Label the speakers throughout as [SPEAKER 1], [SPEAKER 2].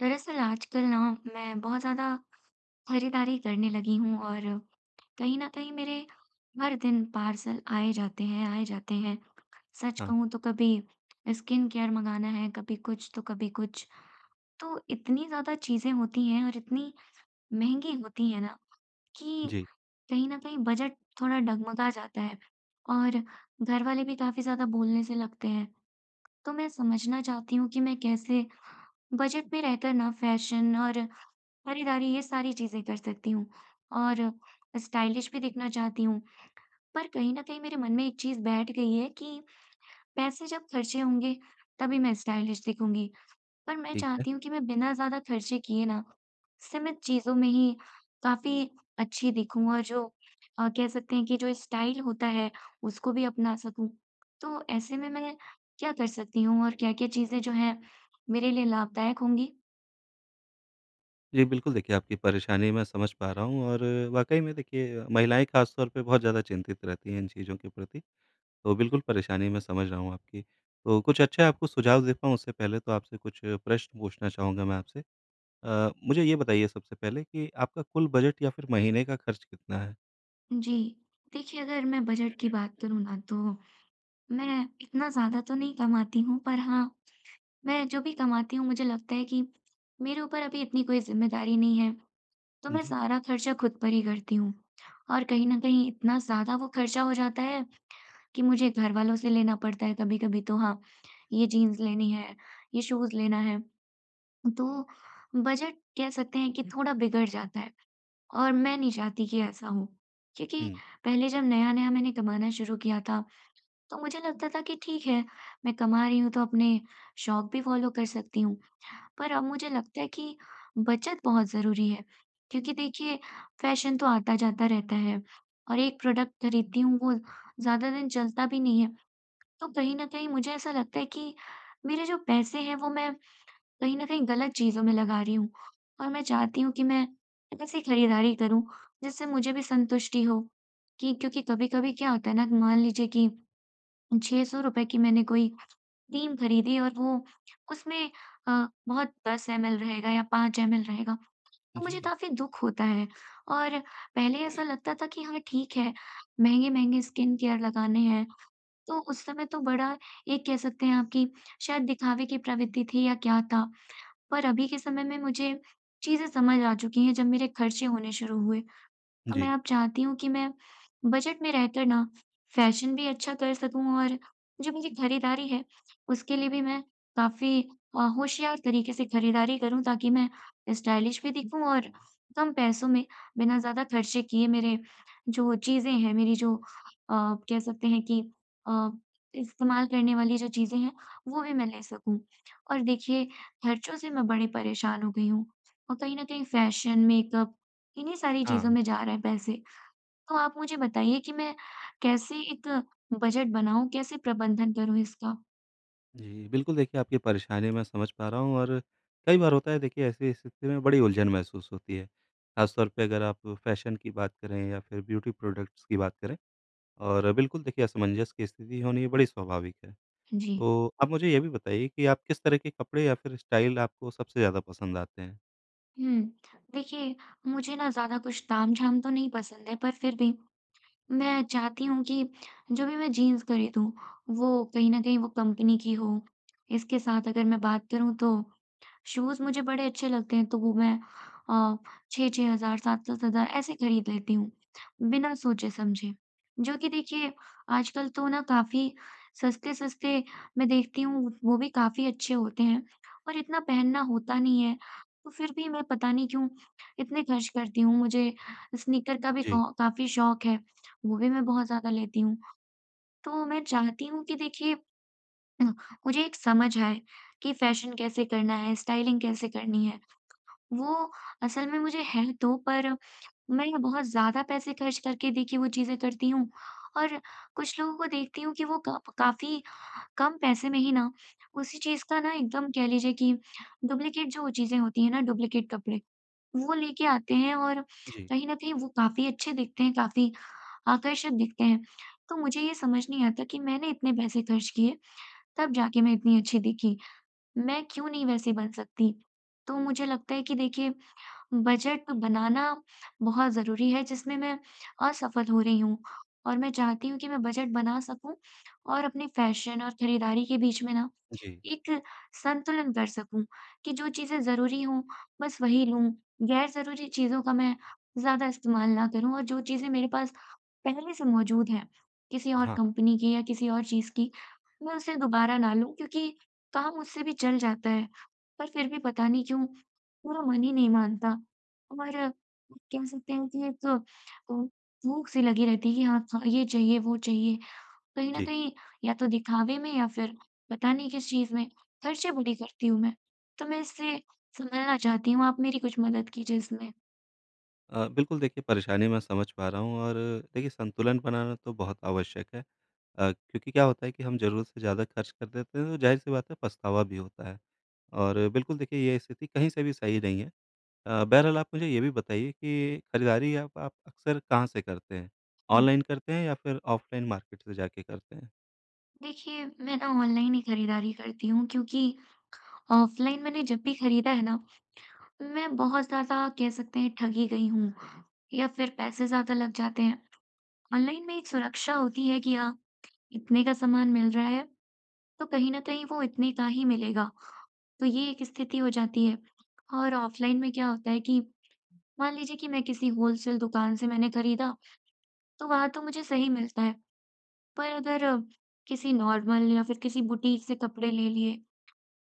[SPEAKER 1] दरअसल आजकल ना मैं बहुत ज़्यादा खरीदारी करने लगी हूँ और कहीं न कहीं मेरे हर दिन पार्सल आए जाते हैं। सच
[SPEAKER 2] हाँ,
[SPEAKER 1] कहूँ तो कभी स्किन केयर मँगाना है, कभी कुछ तो कभी कुछ। तो इतनी ज़्यादा चीज़ें होती हैं और इतनी महँगी होती हैं ना कि
[SPEAKER 2] जी,
[SPEAKER 1] कहीं न कहीं बजट थोड़ा डगमगा जाता है और घर वाले भी काफ़ी ज़्यादा बोलने से लगते हैं। तो मैं समझना चाहती हूँ कि मैं कैसे बजट में रहकर ना फैशन और खरीदारी ये सारी चीज़ें कर सकती हूँ और स्टाइलिश भी दिखना चाहती हूँ। पर कहीं न कहीं मेरे मन में एक चीज़ बैठ गई है कि पैसे जब खर्चे होंगे तभी मैं स्टाइलिश दिखूँगी। पर मैं
[SPEAKER 2] ठीक है।
[SPEAKER 1] चाहती हूँ कि मैं बिना ज़्यादा खर्चे किए ना सीमित चीज़ों में ही काफ़ी अच्छी दिखूँ और जो कह सकते हैं कि जो स्टाइल होता है उसको भी अपना सकूँ। तो ऐसे में मैं क्या कर सकती हूँ और क्या-क्या चीज़ें जो हैं मेरे लिए लाभदायक होंगी?
[SPEAKER 2] जी, बिल्कुल देखिए आपकी परेशानी मैं समझ पा रहा हूँ और वाक़ई में देखिए महिलाएँ ख़ास तौर पे बहुत ज़्यादा चिंतित रहती हैं इन चीज़ों के प्रति, तो बिल्कुल परेशानी मैं समझ रहा हूँ आपकी। तो कुछ अच्छे आपको सुझाव दे पाऊँ उससे पहले तो आपसे कुछ प्रश्न पूछना चाहूँगा मैं आपसे। मुझे ये बताइए सबसे पहले कि आपका कुल बजट या फिर महीने का खर्च कितना है?
[SPEAKER 1] जी। देखिए, अगर मैं बजट की बात करूँ ना, तो मैं इतना ज़्यादा तो नहीं कमाती हूँ, पर हाँ, मैं जो भी कमाती हूँ, मुझे लगता है कि मेरे ऊपर अभी इतनी कोई ज़िम्मेदारी नहीं है, तो मैं
[SPEAKER 2] जी।
[SPEAKER 1] सारा खर्चा खुद पर ही करती हूँ। और कहीं न कहीं इतना ज़्यादा वो खर्चा हो जाता है कि मुझे घरवालों से लेना पड़ता है कभी-कभी, तो हाँ, ये जीन्स लेनी है, ये शूज़ लेना है। तो बजट कह सकते हैं कि थोड़ा बिगड़ जाता है। और मैं नहीं चाहती कि ऐसा हो। क्योंकि
[SPEAKER 2] हुँ।
[SPEAKER 1] पहले जब नया-नया मैंने कमाना शुरू किया था, तो मुझे लगता था कि ठीक है, मैं कमा रही हूँ तो अपने शौक भी फ़ॉलो कर सकती हूँ। पर अब मुझे लगता है कि बचत बहुत ज़रूरी है, क्योंकि देखिए फ़ैशन तो आता-जाता रहता है और एक प्रोडक्ट खरीदती हूँ वो ज़्यादा दिन चलता भी नहीं है। तो कहीं न कहीं मुझे ऐसा लगता है कि मेरे जो पैसे हैं वो मैं कहीं न कहीं गलत चीज़ों में लगा रही हूँ। और मैं चाहती हूँ कि मैं ऐसी खरीदारी करूँ जिससे मुझे भी संतुष्टि हो, कि क्योंकि कभी-कभी क्या होता है ना, मान लीजिए कि ₹600 की मैंने कोई क्रीम खरीदी और वो उसमें बहुत 10 एमएल रहेगा या 5 एमएल रहेगा, तो मुझे
[SPEAKER 2] जी,
[SPEAKER 1] काफ़ी दुःख होता है। और पहले ऐसा लगता था कि हाँ, ठीक है, महँगे-महँगे स्किन केयर लगाने हैं, तो उस समय तो बड़ा एक कह सकते हैं आप कि शायद दिखावे की प्रवृत्ति थी या क्या था। पर अभी के समय में मुझे चीज़ें समझ आ चुकी हैं, जब मेरे खर्चे होने शुरू हुए। तो मैं
[SPEAKER 2] जी।
[SPEAKER 1] अब चाहती हूँ कि मैं बजट में रहकर ना फैशन भी अच्छा कर सकूँ और जो मेरी खरीदारी है उसके लिए भी मैं काफ़ी होशियार तरीके से खरीदारी करूँ, ताकि मैं स्टाइलिश भी दिखूँ और कम पैसों में बिना ज़्यादा खर्चे किए मेरे जो चीज़ें हैं, मेरी जो कह सकते हैं कि अ, इस्तेमाल करने वाली जो चीज़ें हैं वो भी मैं ले सकूँ। और देखिए खर्चों से मैं बड़ी परेशान हो गई हूँ और कहीं न कहीं फैशन, मेकअप, इन्हीं सारी चीज़ों
[SPEAKER 2] हाँ।
[SPEAKER 1] में जा रहे हैं पैसे। तो आप मुझे बताइए कि मैं कैसे एक बजट बनाऊँ, कैसे प्रबंधन करूँ इसका?
[SPEAKER 2] जी, बिल्कुल देखिए आपकी परेशानी मैं समझ पा रहा हूँ और कई बार होता है देखिए ऐसी स्थिति में बड़ी उलझन महसूस होती है। ख़ासतौर पे अगर आप फ़ैशन की बात करें या फिर ब्यूटी प्रोडक्ट्स की बात करें और बिल्कुल देखिए असमंजस की स्थिति होनी ये बड़ी स्वाभाविक है।
[SPEAKER 1] जी।
[SPEAKER 2] तो आप मुझे ये भी बताइए कि आप किस तरह के कपड़े या फिर स्टाइल आपको सबसे ज़्यादा पसंद आते हैं?
[SPEAKER 1] हुँ, देखिए, मुझे ना ज़्यादा कुछ तामझाम तो नहीं पसंद है, पर फिर भी मैं चाहती हूँ कि जो भी मैं जीन्स खरीदूँ, वो कहीं न कहीं वो कंपनी की हो। इसके साथ अगर मैं बात करूँ, तो शूज़ मुझे बड़े अच्छे लगते हैं, तो वो मैं अ, 6-6 हज़ार 7-7 हज़ार ऐसे खरीद लेती हूँ, बिना सोचे-समझे। जो कि देखिए आजकल तो ना काफ़ी सस्ते-सस्ते मैं देखती हूँ, वो भी काफ़ी अच्छे होते हैं और इतना पहनना होता नहीं है। तो फिर भी मैं पता नहीं क्यों इतने खर्च करती हूँ। मुझे स्नीकर का भी
[SPEAKER 2] जी,
[SPEAKER 1] कौ काफ़ी शौक है, वो भी मैं बहुत ज़्यादा लेती हूँ। तो मैं चाहती हूँ कि देखिए अ, मुझे एक समझ आए कि फ़ैशन कैसे करना है, स्टाइलिंग कैसे करनी है। वो असल में मुझे है तो, पर मैं बहुत ज़्यादा पैसे खर्च करके देखिए वो चीज़ें करती हूँ और कुछ लोगों को देखती हूँ कि वो क काफ़ी कम पैसे में ही ना उसी चीज़ का ना एकदम कह लीजिए कि डुप्लीकेट जो चीज़ें होती हैं ना, डुप्लीकेट कपड़े, वो लेके आते हैं और
[SPEAKER 2] जी,
[SPEAKER 1] कहीं न कहीं वो काफ़ी अच्छे दिखते हैं, काफ़ी आकर्षक दिखते हैं। तो मुझे ये समझ नहीं आता कि मैंने इतने पैसे खर्च किए, तब जाके मैं इतनी अच्छी दिखी। मैं क्यों नहीं वैसी बन सकती? तो मुझे लगता है कि देखिए बजट तो बनाना बहुत ज़रूरी है, जिसमें मैं असफल हो रही हूँ। और मैं चाहती हूँ कि मैं बजट बना सकूँ और अपने फ़ैशन और खरीदारी के बीच में ना
[SPEAKER 2] जी।
[SPEAKER 1] एक संतुलन कर सकूँ कि जो चीज़ें ज़रूरी हों, बस वही लूँ। गैर ज़रूरी चीज़ों का मैं ज़्यादा इस्तेमाल ना करूँ, और जो चीज़ें मेरे पास पहले से मौजूद है, किसी और
[SPEAKER 2] हाँ, हाँ।
[SPEAKER 1] कंपनी की या किसी और चीज़ की, मैं उसे दोबारा ना लूँ, क्योंकि काम उससे भी चल जाता है। पर फिर भी पता नहीं क्यों मेरा मन ही नहीं मानता, और कह सकते हैं कि एक अ, भूख सी लगी रहती है कि हाँ, ख ये चाहिए, वो चाहिए। कहीं न
[SPEAKER 2] जी।
[SPEAKER 1] कहीं या तो दिखावे में या फिर पता नहीं किस चीज़ में खर्चे बड़ी करती हूँ मैं। तो मैं इससे संभलना चाहती हूँ, आप मेरी कुछ मदद कीजिए इसमें।
[SPEAKER 2] बिल्कुल देखिए परेशानी मैं समझ पा रहा हूँ और देखिए संतुलन बनाना तो बहुत आवश्यक है। क्योंकि क्या होता है कि हम ज़रूरत से ज़्यादा खर्च कर देते हैं तो ज़ाहिर-सी बात है पछतावा भी होता है। और बिल्कुल देखिए ये स्थिति कहीं से भी सही नहीं है। बहरहाल आप मुझे ये भी बताइए कि खरीदारी आप अक्सर कहाँ से करते हैं?
[SPEAKER 1] हुँ।
[SPEAKER 2] ऑनलाइन करते हैं या फिर ऑफ़लाइन मार्केट से जाके करते हैं?
[SPEAKER 1] देखिए, मैं ना ऑनलाइन ही खरीदारी करती हूँ, क्योंकि ऑफलाइन मैंने जब भी खरीदा है ना, मैं बहुत ज़्यादा कह सकते हैं ठगी गई हूँ या फिर पैसे ज़्यादा लग जाते हैं। ऑनलाइन में एक सुरक्षा होती है कि हाँ, इतने का सामान मिल रहा है तो कहीं न कहीं वो इतने का ही मिलेगा, तो ये एक स्थिति हो जाती है। और ऑफलाइन में क्या होता है कि मान लीजिए कि मैं किसी होलसेल दुकान से मैंने खरीदा, तो वहाँ तो मुझे सही मिलता है, पर अगर किसी नॉर्मल या फिर किसी बुटीक से कपड़े ले लिए,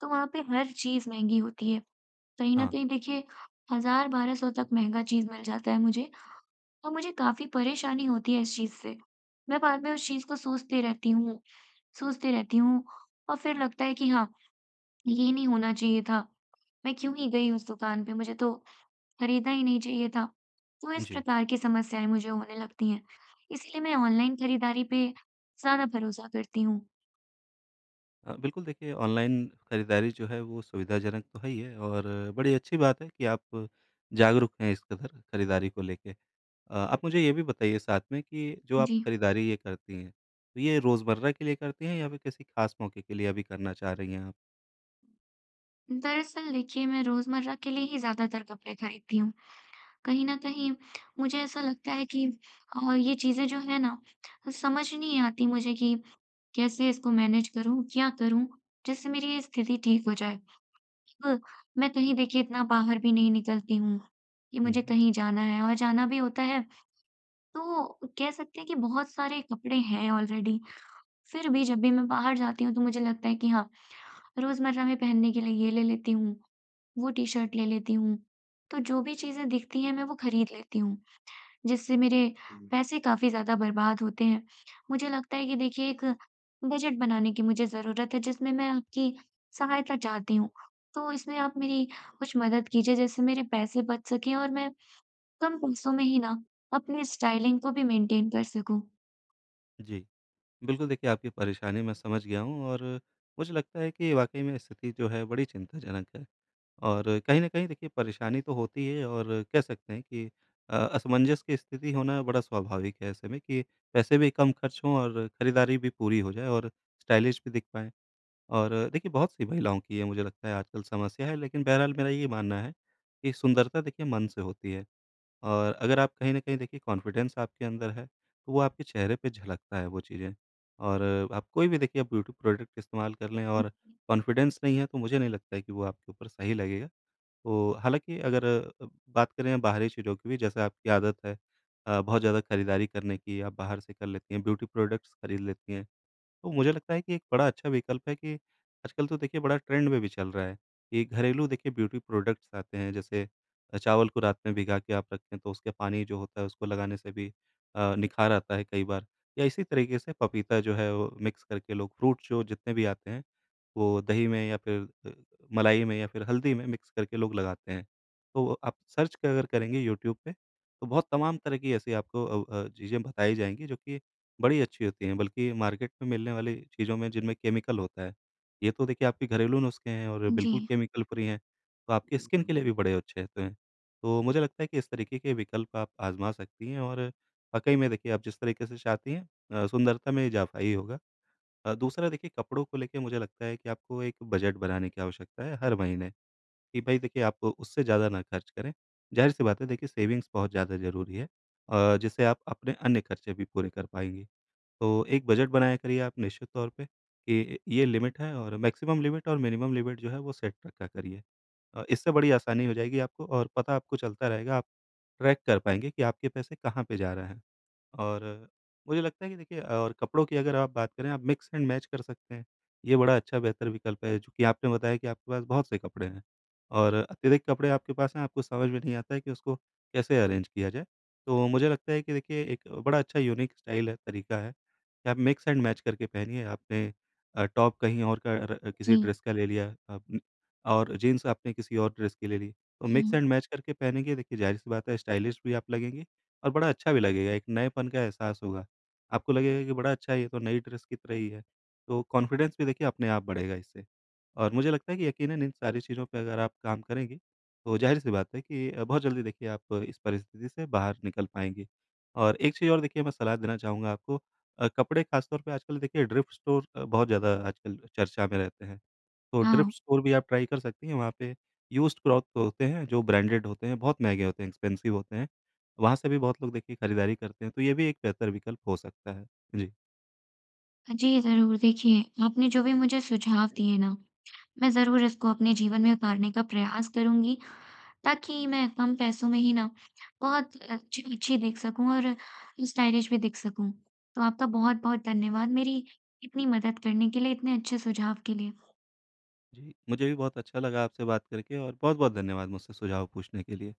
[SPEAKER 1] तो वहाँ पे हर चीज़ महँगी होती है। कहीं न
[SPEAKER 2] हाँ,
[SPEAKER 1] कहीं देखिए 1000-1200 तक महँगा चीज़ मिल जाता है मुझे, और मुझे काफ़ी परेशानी होती है इस चीज़ से। मैं बाद में उस चीज़ को सोचती रहती हूँ और फिर लगता है कि हाँ, ये नहीं होना चाहिए था। मैं क्यों ही गई उस दुकान पे, मुझे तो खरीदना ही नहीं चाहिए था। तो इस
[SPEAKER 2] जी।
[SPEAKER 1] प्रकार की समस्याएँ मुझे होने लगती हैं। इसीलिए मैं ऑनलाइन खरीदारी पे ज़्यादा भरोसा करती हूँ।
[SPEAKER 2] बिल्कुल देखिए ऑनलाइन खरीदारी जो है वो सुविधाजनक तो है ही है और बड़ी अच्छी बात है कि आप जागरूक हैं इस कदर खरीदारी को लेके। आप मुझे ये भी बताइए साथ में कि जो आप
[SPEAKER 1] जी,
[SPEAKER 2] खरीदारी ये करती हैं, तो ये रोज़मर्रा के लिए करती हैं या फिर किसी ख़ास मौके के लिए अभी करना चाह रही हैं आप?
[SPEAKER 1] दरअसल देखिए मैं रोज़मर्रा के लिए ही ज़्यादातर कपड़े खरीदती हूँ। कहीं न कहीं मुझे ऐसा लगता है कि ये चीज़ें जो है ना समझ नहीं आती मुझे कि कैसे इसको मैनेज करूँ, क्या करूँ जिससे मेरी ये स्थिति ठीक हो जाए। अब मैं कहीं देखिए इतना बाहर भी नहीं निकलती हूँ कि
[SPEAKER 2] हुँ,
[SPEAKER 1] मुझे
[SPEAKER 2] हुँ।
[SPEAKER 1] कहीं जाना है, और जाना भी होता है तो कह सकते हैं कि बहुत सारे कपड़े हैं ऑलरेडी। फिर भी जब भी मैं बाहर जाती हूँ तो मुझे लगता है कि हाँ, रोज़मर्रा में पहनने के लिए ये ले लेती हूँ, वो टी-शर्ट ले लेती हूँ। तो जो भी चीज़ें दिखती हैं मैं वो खरीद लेती हूँ, जिससे मेरे हुँ। पैसे काफ़ी ज़्यादा बर्बाद होते हैं। मुझे लगता है कि देखिए एक बजट बनाने की मुझे ज़रूरत है, जिसमें मैं आपकी सहायता चाहती हूँ। तो इसमें आप मेरी कुछ मदद कीजिए, जिससे मेरे पैसे बच सकें और मैं कम पैसों में ही ना अपनी स्टाइलिंग को भी मेंटेन कर सकूँ।
[SPEAKER 2] जी, बिल्कुल देखिए आपकी परेशानी मैं समझ गया हूँ और मुझे लगता है कि वाक़ई में स्थिति जो है बड़ी चिंताजनक है और कहीं न कहीं देखिए परेशानी तो होती है और कह सकते हैं कि असमंजस की स्थिति होना बड़ा स्वाभाविक है ऐसे में कि पैसे भी कम खर्च हों और खरीदारी भी पूरी हो जाए और स्टाइलिश भी दिख पाएँ। और देखिए बहुत सी महिलाओं की ये मुझे लगता है आजकल समस्या है लेकिन बहरहाल मेरा ये मानना है कि सुंदरता देखिए मन से होती है और अगर आप कहीं न कहीं देखिए कॉन्फिडेंस आपके अंदर है, तो वो आपके चेहरे पे झलकता है वो चीज़ें। और आप कोई भी देखिए आप ब्यूटी प्रोडक्ट इस्तेमाल कर लें और कॉन्फिडेंस नहीं है तो मुझे नहीं लगता है कि वो आपके ऊपर सही लगेगा। तो हालाँकि अगर बात करें बाहरी चीज़ों की भी जैसे आपकी आदत है बहुत ज़्यादा खरीदारी करने की, आप बाहर से कर लेती हैं, ब्यूटी प्रोडक्ट्स खरीद लेती हैं। तो मुझे लगता है कि एक बड़ा अच्छा विकल्प है कि आजकल तो देखिए बड़ा ट्रेंड में भी चल रहा है कि घरेलू देखिए ब्यूटी प्रोडक्ट्स आते हैं जैसे चावल को रात में भिगा के आप रखें तो उसके पानी जो होता है उसको लगाने से भी निखार आता है कई बार या इसी तरीके से पपीता जो है वो मिक्स करके लोग फ्रूट जो जितने भी आते हैं वो दही में या फिर मलाई में या फिर हल्दी में मिक्स करके लोग लगाते हैं तो आप सर्च कर अगर करेंगे यूट्यूब पे तो बहुत तमाम तरह की ऐसी आपको चीज़ें बताई जाएंगी जो कि बड़ी अच्छी होती हैं, बल्कि मार्केट में मिलने वाली चीज़ों में जिनमें केमिकल होता है, ये तो देखिए आपके घरेलू नुस्खे हैं और
[SPEAKER 1] जी,
[SPEAKER 2] बिल्कुल केमिकल फ्री हैं, तो आपकी स्किन के लिए भी बड़े अच्छे होते हैं। तो मुझे लगता है कि इस तरीके के विकल्प आप आज़मा सकती हैं और वाक़ई में देखिए आप जिस तरीके से चाहती हैं सुंदरता में इज़ाफ़ा ही होगा। दूसरा देखिए कपड़ों को लेके मुझे लगता है कि आपको एक बजट बनाने की आवश्यकता है हर महीने, कि भई देखिए आप उससे ज़्यादा ना खर्च करें। ज़ाहिर-सी बात है देखिए सेविंग्स बहुत ज़्यादा ज़रूरी है जिससे आप अपने अन्य खर्चे भी पूरे कर पाएँगी। तो एक बजट बनाया करिए आप निश्चित तौर पे कि ये लिमिट है और मैक्सिमम लिमिट और मिनिमम लिमिट जो है वो सेट रखा करिए। इससे बड़ी आसानी हो जाएगी आपको और पता आपको चलता रहेगा, आप ट्रैक कर पाएँगे कि आपके पैसे कहाँ पे जा रहे हैं। और मुझे लगता है कि देखिए और कपड़ों की अगर आप बात करें, आप मिक्स एंड मैच कर सकते हैं। ये बड़ा अच्छा बेहतर विकल्प है, चूँकि आपने बताया कि आपके पास बहुत से कपड़े हैं और अत्यधिक कपड़े आपके पास हैं, आपको समझ में नहीं आता है कि उसको कैसे अरेंज किया जाए। तो मुझे लगता है कि देखिए एक बड़ा अच्छा यूनिक स्टाइल है, तरीका है कि आप मिक्स एंड मैच करके पहनिए। आपने टॉप कहीं और का र किसी
[SPEAKER 1] जी।
[SPEAKER 2] ड्रेस का ले लिया आपन और जीन्स आपने किसी और ड्रेस की ले ली। तो मिक्स
[SPEAKER 1] हुँ,
[SPEAKER 2] एंड मैच करके पहनेंगे, देखिए ज़ाहिर-सी बात है स्टाइलिश भी आप लगेंगे और बड़ा अच्छा भी लगेगा, एक नएपन का एहसास होगा। आपको लगेगा कि बड़ा अच्छा है, ये तो नई ड्रेस की तरह ही है, तो कॉन्फिडेंस भी देखिए अपने आप बढ़ेगा इससे। और मुझे लगता है कि यकीनन इन सारी चीज़ों पे अगर आप काम करेंगी, तो ज़ाहिर-सी बात है कि बहुत जल्दी देखिए आप इस परिस्थिति से बाहर निकल पाएँगी। और एक चीज़ और देखिए मैं सलाह देना चाहूँगा आपको कपड़े ख़ासतौर पे आजकल देखिए थ्रिफ्ट स्टोर बहुत ज़्यादा आजकल चर्चा में रहते हैं। तो
[SPEAKER 1] हाँ।
[SPEAKER 2] थ्रिफ्ट स्टोर भी आप ट्राई कर सकती हैं, वहाँ पे यूज्ड क्लॉथ होते हैं, जो ब्रांडेड होते हैं, बहुत महँगे होते हैं, एक्सपेंसिव होते हैं। वहाँ से भी बहुत लोग देखिए खरीदारी करते हैं, तो ये भी एक बेहतर विकल्प हो सकता है। जी।
[SPEAKER 1] जी, ज़रूर, देखिए आपने जो भी मुझे सुझाव दिए ना मैं ज़रूर इसको अपने जीवन में उतारने का प्रयास करूँगी, ताकि मैं कम पैसों में ही ना बहुत अच्छी अच्छी देख सकूँ और स्टाइलिश भी दिख सकूँ। तो आपका बहुत-बहुत धन्यवाद मेरी इतनी मदद करने के लिए, इतने अच्छे सुझाव के लिए।
[SPEAKER 2] जी, मुझे भी बहुत अच्छा लगा आपसे बात करके और बहुत-बहुत धन्यवाद मुझसे सुझाव पूछने के लिए।